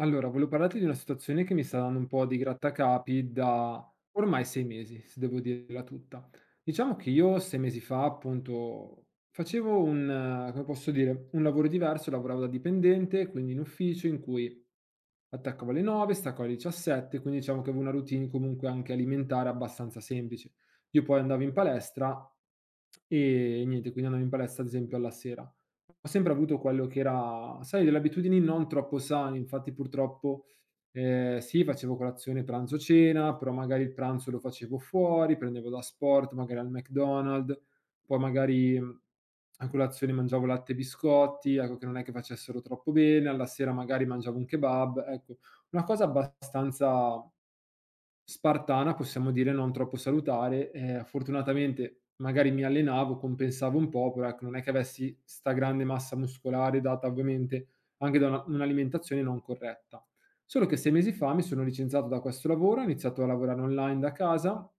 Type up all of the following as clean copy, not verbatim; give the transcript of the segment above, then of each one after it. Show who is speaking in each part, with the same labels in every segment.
Speaker 1: Allora, volevo parlarti di una situazione che mi sta dando un po' di grattacapi da ormai 6 mesi, se devo dirla tutta. Diciamo che io 6 mesi fa, appunto, come posso dire, un lavoro diverso, lavoravo da dipendente, quindi in ufficio in cui attacco alle 9, stacco alle 17, quindi diciamo che avevo una routine comunque anche alimentare abbastanza semplice. Io poi andavo in palestra e niente, quindi andavo in palestra ad esempio alla sera. Ho sempre avuto quello che era, sai, delle abitudini non troppo sane, infatti purtroppo sì, facevo colazione, pranzo, cena, però magari il pranzo lo facevo fuori, prendevo da sport, magari al McDonald's, poi magari, a colazione mangiavo latte e biscotti, ecco, che non è che facessero troppo bene, alla sera magari mangiavo un kebab, ecco, una cosa abbastanza spartana, possiamo dire, non troppo salutare. Fortunatamente magari mi allenavo, compensavo un po', però ecco, non è che avessi 'sta grande massa muscolare data ovviamente anche da una un'alimentazione non corretta. Solo che 6 mesi fa mi sono licenziato da questo lavoro, ho iniziato a lavorare online da casa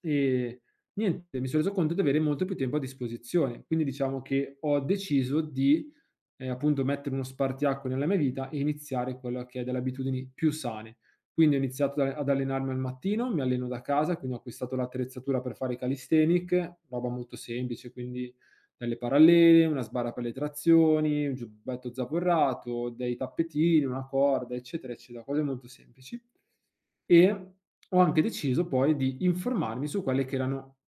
Speaker 1: e niente, mi sono reso conto di avere molto più tempo a disposizione. Quindi diciamo che ho deciso di appunto mettere uno spartiacque nella mia vita e iniziare quella che è delle abitudini più sane. Quindi ho iniziato ad allenarmi al mattino, mi alleno da casa, quindi ho acquistato l'attrezzatura per fare i calisthenic, roba molto semplice, quindi delle parallele, una sbarra per le trazioni, un giubbetto zavorrato, dei tappetini, una corda, eccetera, eccetera, cose molto semplici. E ho anche deciso poi di informarmi su quelle che erano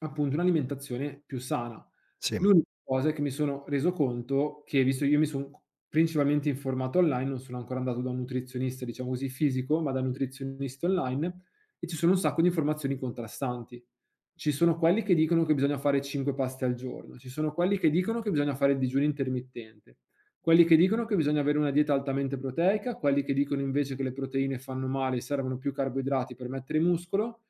Speaker 1: appunto un'alimentazione più sana.
Speaker 2: Sì.
Speaker 1: L'unica cosa è che mi sono reso conto che visto io mi son c principalmente informato online, non sono ancora andato da un nutrizionista, diciamo così, fisico, ma da nutrizionisti online, e ci sono un sacco di informazioni contrastanti. Ci sono quelli che dicono che bisogna fare 5 paste al giorno, ci sono quelli che dicono che bisogna fare il digiuno intermittente, quelli che dicono che bisogna avere una dieta altamente proteica, quelli che dicono invece che le proteine fanno male e servono più carboidrati per mettere muscolo,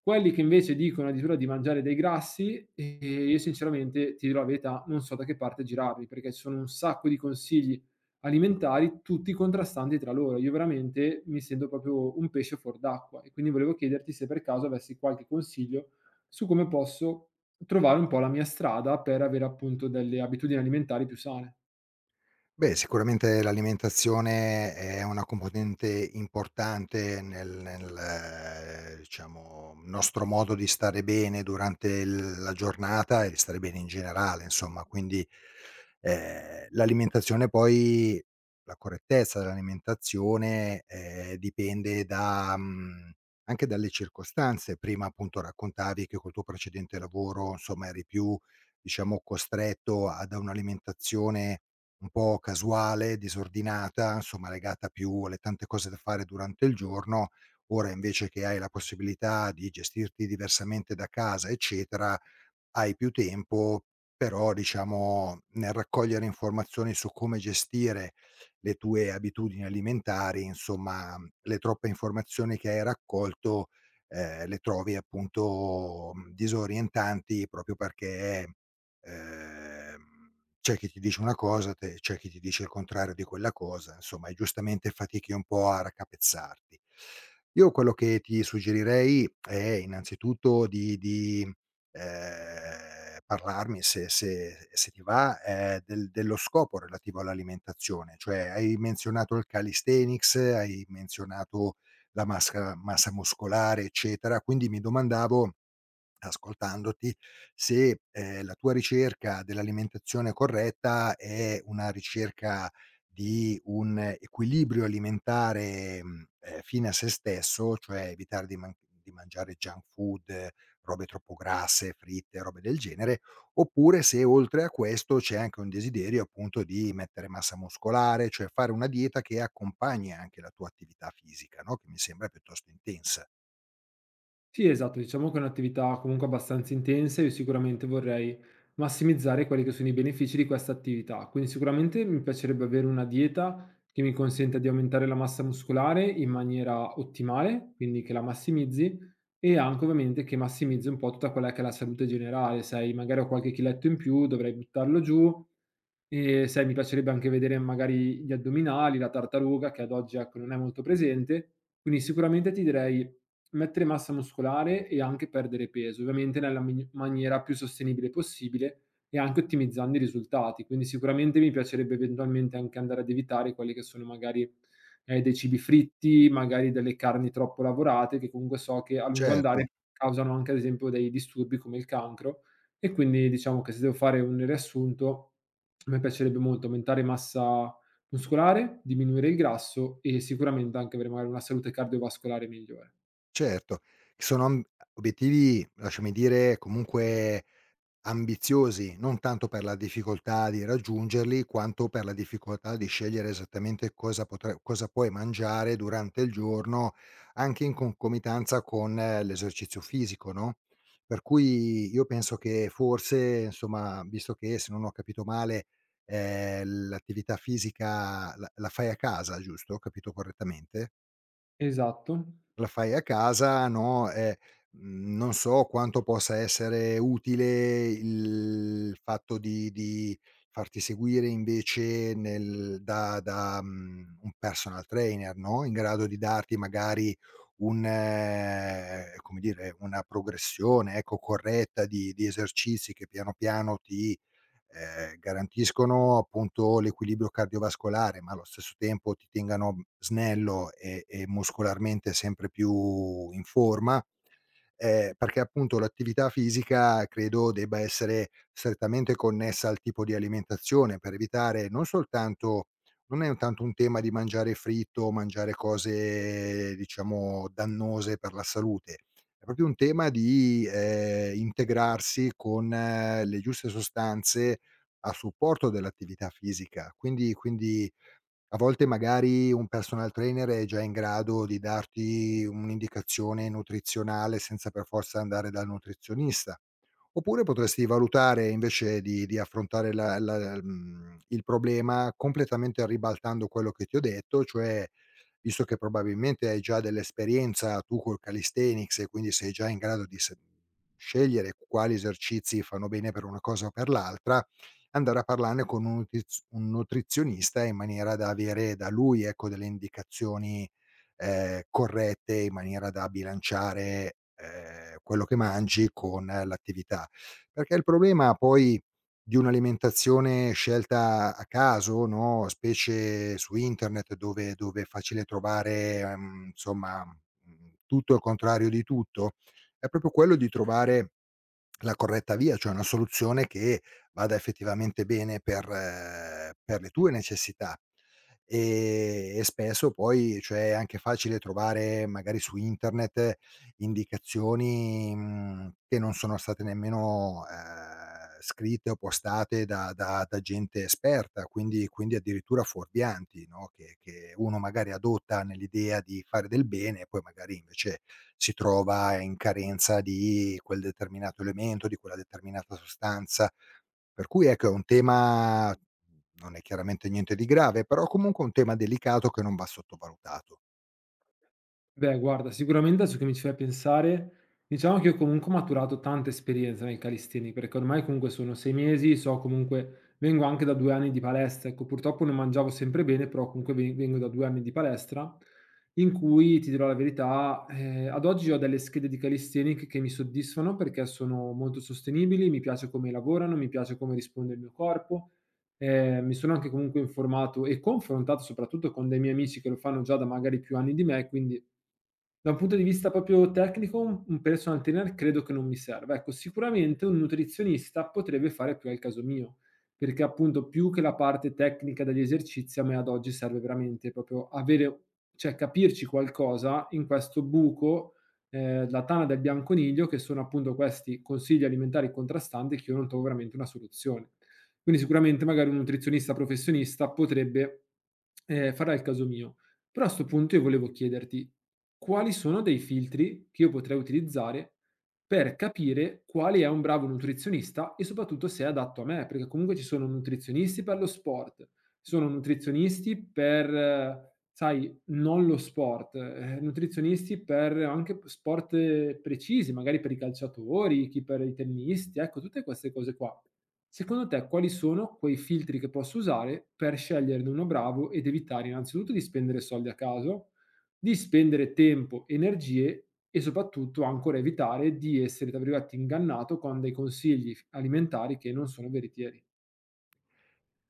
Speaker 1: quelli che invece dicono addirittura di mangiare dei grassi, io sinceramente, ti dirò la verità, non so da che parte girarmi, perché ci sono un sacco di consigli alimentari, tutti contrastanti tra loro. Io veramente mi sento proprio un pesce fuor d'acqua e quindi volevo chiederti se per caso avessi qualche consiglio su come posso trovare un po' la mia strada per avere appunto delle abitudini alimentari più sane.
Speaker 2: Beh, sicuramente l'alimentazione è una componente importante nel nostro modo di stare bene durante il la giornata e di stare bene in generale insomma, quindi, l'alimentazione poi la correttezza dell'alimentazione, dipende da anche dalle circostanze. Prima appunto raccontavi che col tuo precedente lavoro, insomma, eri più, diciamo, costretto ad un'alimentazione un po' casuale, disordinata, insomma legata più alle tante cose da fare durante il giorno. Ora invece che hai la possibilità di gestirti diversamente da casa, eccetera, hai più tempo, però diciamo nel raccogliere informazioni su come gestire le tue abitudini alimentari, insomma, le troppe informazioni che hai raccolto, le trovi appunto, disorientanti proprio perché, ehm, c'è chi ti dice una cosa, te c'è chi ti dice il contrario di quella cosa, insomma, e giustamente fatichi un po' a raccapezzarti. Io quello che ti suggerirei è innanzitutto di parlarmi se ti va, del dello scopo relativo all'alimentazione. Cioè, hai menzionato il calisthenics, hai menzionato la masca massa muscolare, eccetera, quindi mi domandavo, ascoltandoti, se, la tua ricerca dell'alimentazione corretta è una ricerca di un equilibrio alimentare, fine a se stesso, cioè evitare di man di mangiare junk food, robe troppo grasse, fritte, robe del genere, oppure se oltre a questo c'è anche un desiderio appunto di mettere massa muscolare, cioè fare una dieta che accompagni anche la tua attività fisica, no, che mi sembra piuttosto intensa.
Speaker 1: Sì, esatto, diciamo che è un'attività comunque abbastanza intensa, io sicuramente vorrei massimizzare quelli che sono i benefici di questa attività. Quindi sicuramente mi piacerebbe avere una dieta che mi consenta di aumentare la massa muscolare in maniera ottimale, quindi che la massimizzi e anche ovviamente che massimizzi un po' tutta quella che è la salute generale, sai, magari ho qualche chiletto in più, dovrei buttarlo giù e sai, mi piacerebbe anche vedere magari gli addominali, la tartaruga che ad oggi ecco non è molto presente. Quindi sicuramente ti direi mettere massa muscolare e anche perdere peso, ovviamente nella mini maniera più sostenibile possibile e anche ottimizzando i risultati. Quindi sicuramente mi piacerebbe eventualmente anche andare ad evitare quelli che sono magari, dei cibi fritti, magari delle carni troppo lavorate, che comunque so che a lungo
Speaker 2: Certo,
Speaker 1: andare causano anche ad esempio dei disturbi come il cancro. E quindi diciamo che se devo fare un riassunto, a me piacerebbe molto aumentare massa muscolare, diminuire il grasso e sicuramente anche avere magari una salute cardiovascolare migliore.
Speaker 2: certo. Sono amb obiettivi, lasciami dire, comunque ambiziosi, non tanto per la difficoltà di raggiungerli, quanto per la difficoltà di scegliere esattamente cosa potre cosa puoi mangiare durante il giorno, anche in concomitanza con l'esercizio fisico, no, per cui io penso che forse, insomma, visto che se non ho capito male, l'attività fisica la fai a casa, giusto? Ho capito correttamente?
Speaker 1: Esatto.
Speaker 2: La fai a casa, no, non so quanto possa essere utile il fatto di farti seguire invece nel da da, mhmm, un personal trainer, no, in grado di darti magari un come dire, una progressione, ecco, corretta di esercizi che piano piano ti garantiscono appunto l'equilibrio cardiovascolare, ma allo stesso tempo ti tengano snello e muscolarmente sempre più in forma, perché appunto l'attività fisica credo debba essere strettamente connessa al tipo di alimentazione per evitare non soltanto non è un tanto un tema di mangiare fritto o mangiare cose diciamo dannose per la salute, è proprio un tema di, integrarsi con le giuste sostanze a supporto dell'attività fisica. Quindi a volte magari un personal trainer è già in grado di darti un'indicazione nutrizionale senza per forza andare dal nutrizionista. Oppure potresti valutare invece di affrontare la la mhmm, il problema completamente ribaltando quello che ti ho detto, cioè visto che probabilmente hai già dell'esperienza tu col calisthenics e quindi sei già in grado di se scegliere quali esercizi fanno bene per una cosa o per l'altra, andare a parlarne con un nutiz un nutrizionista in maniera da avere da lui, ecco, delle indicazioni, corrette in maniera da bilanciare, quello che mangi con l'attività. Perché il problema poi di un'alimentazione scelta a caso, no, specie su internet dove è facile trovare, insomma, tutto e il contrario di tutto, è proprio quello di trovare la corretta via, cioè una soluzione che vada effettivamente bene per le tue necessità. E spesso poi, cioè, è anche facile trovare magari su internet indicazioni, che non sono state nemmeno, scritte o postate da da gente esperta, quindi addirittura fuorvianti, no, che uno magari adotta nell'idea di fare del bene e poi magari invece si trova in carenza di quel determinato elemento, di quella determinata sostanza. Per cui ecco, è un tema, non è chiaramente niente di grave, però comunque un tema delicato che non va sottovalutato.
Speaker 1: Beh, guarda, sicuramente adesso che mi ci fai pensare, diciamo che ho comunque ho maturato tanta esperienza nel calisthenics, perché ormai comunque sono 6 mesi, so comunque vengo anche da 2 anni di palestra, ecco, purtroppo non mangiavo sempre bene, però comunque ve vengo da 2 anni di palestra, in cui, ti dirò la verità, ad oggi ho delle schede di calisthenics che mi soddisfano perché sono molto sostenibili, mi piace come lavorano, mi piace come risponde il mio corpo, mi sono anche comunque informato e confrontato soprattutto con dei miei amici che lo fanno già da magari più anni di me, quindi da un punto di vista proprio tecnico, un personal trainer credo che non mi serva. Ecco, sicuramente un nutrizionista potrebbe fare più al caso mio, perché appunto più che la parte tecnica degli esercizi, a me ad oggi serve veramente proprio avere cioè capirci qualcosa in questo buco, la tana del bianconiglio che sono appunto questi consigli alimentari contrastanti che io non trovo veramente una soluzione. Quindi sicuramente magari un nutrizionista professionista potrebbe fare al caso mio. Però a 'sto punto io volevo chiederti quali sono dei filtri che io potrei utilizzare per capire quale è un bravo nutrizionista e soprattutto se è adatto a me, perché comunque ci sono nutrizionisti per lo sport, ci sono nutrizionisti per, sai, non lo sport, nutrizionisti per anche sport precisi, magari per i calciatori, chi per i tennisti, ecco, tutte queste cose qua. Secondo te quali sono quei filtri che posso usare per sceglierne uno bravo ed evitare innanzitutto di spendere soldi a caso? Di spendere tempo, energie e soprattutto ancora evitare di essere, tra virgolette, "ingannato" con dei consigli f alimentari che non sono veritieri.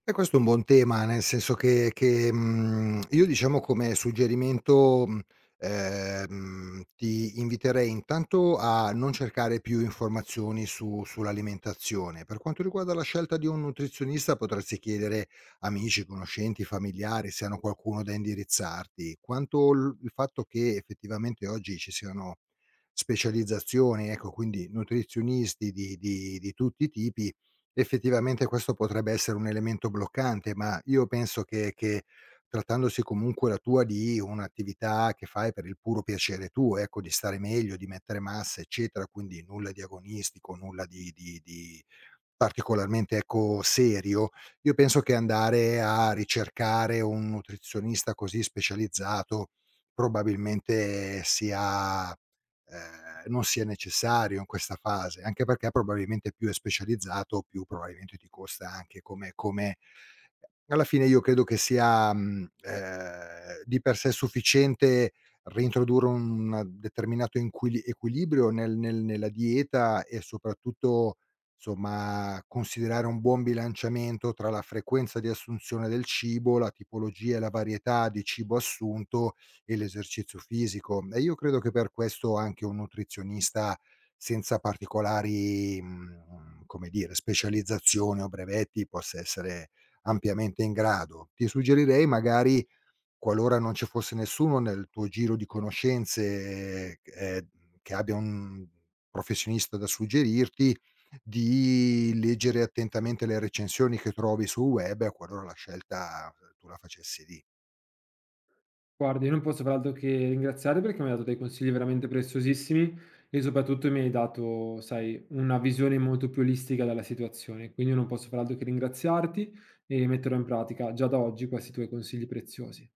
Speaker 2: E questo è un buon tema, nel senso che io diciamo come suggerimento, ti inviterei intanto a non cercare più informazioni su sull'alimentazione. Per quanto riguarda la scelta di un nutrizionista potresti chiedere amici, conoscenti, familiari, se hanno qualcuno da indirizzarti. Quanto l il fatto che effettivamente oggi ci siano specializzazioni, ecco, quindi nutrizionisti di tutti i tipi. Effettivamente questo potrebbe essere un elemento bloccante, ma io penso che trattandosi comunque la tua di un'attività che fai per il puro piacere tuo, ecco, di stare meglio, di mettere massa, eccetera, quindi nulla di agonistico, nulla di particolarmente, ecco, serio, io penso che andare a ricercare un nutrizionista così specializzato probabilmente sia non sia necessario in questa fase, anche perché probabilmente più è specializzato, più probabilmente ti costa anche come alla fine io credo che sia, di per sé sufficiente reintrodurre un determinato inquili equilibrio nel nel nella dieta e soprattutto insomma, considerare un buon bilanciamento tra la frequenza di assunzione del cibo, la tipologia e la varietà di cibo assunto e l'esercizio fisico. E io credo che per questo anche un nutrizionista senza particolari, come dire, specializzazioni o brevetti possa essere ampiamente in grado. Ti suggerirei magari, qualora non ci fosse nessuno nel tuo giro di conoscenze, che abbia un professionista da suggerirti, di leggere attentamente le recensioni che trovi sul web, qualora la scelta tu la facessi lì.
Speaker 1: Guarda, io non posso far altro che ringraziare perché mi hai dato dei consigli veramente preziosissimi e soprattutto mi hai dato, sai, una visione molto più olistica della situazione. Quindi io non posso far altro che ringraziarti e metterò in pratica già da oggi questi tuoi consigli preziosi.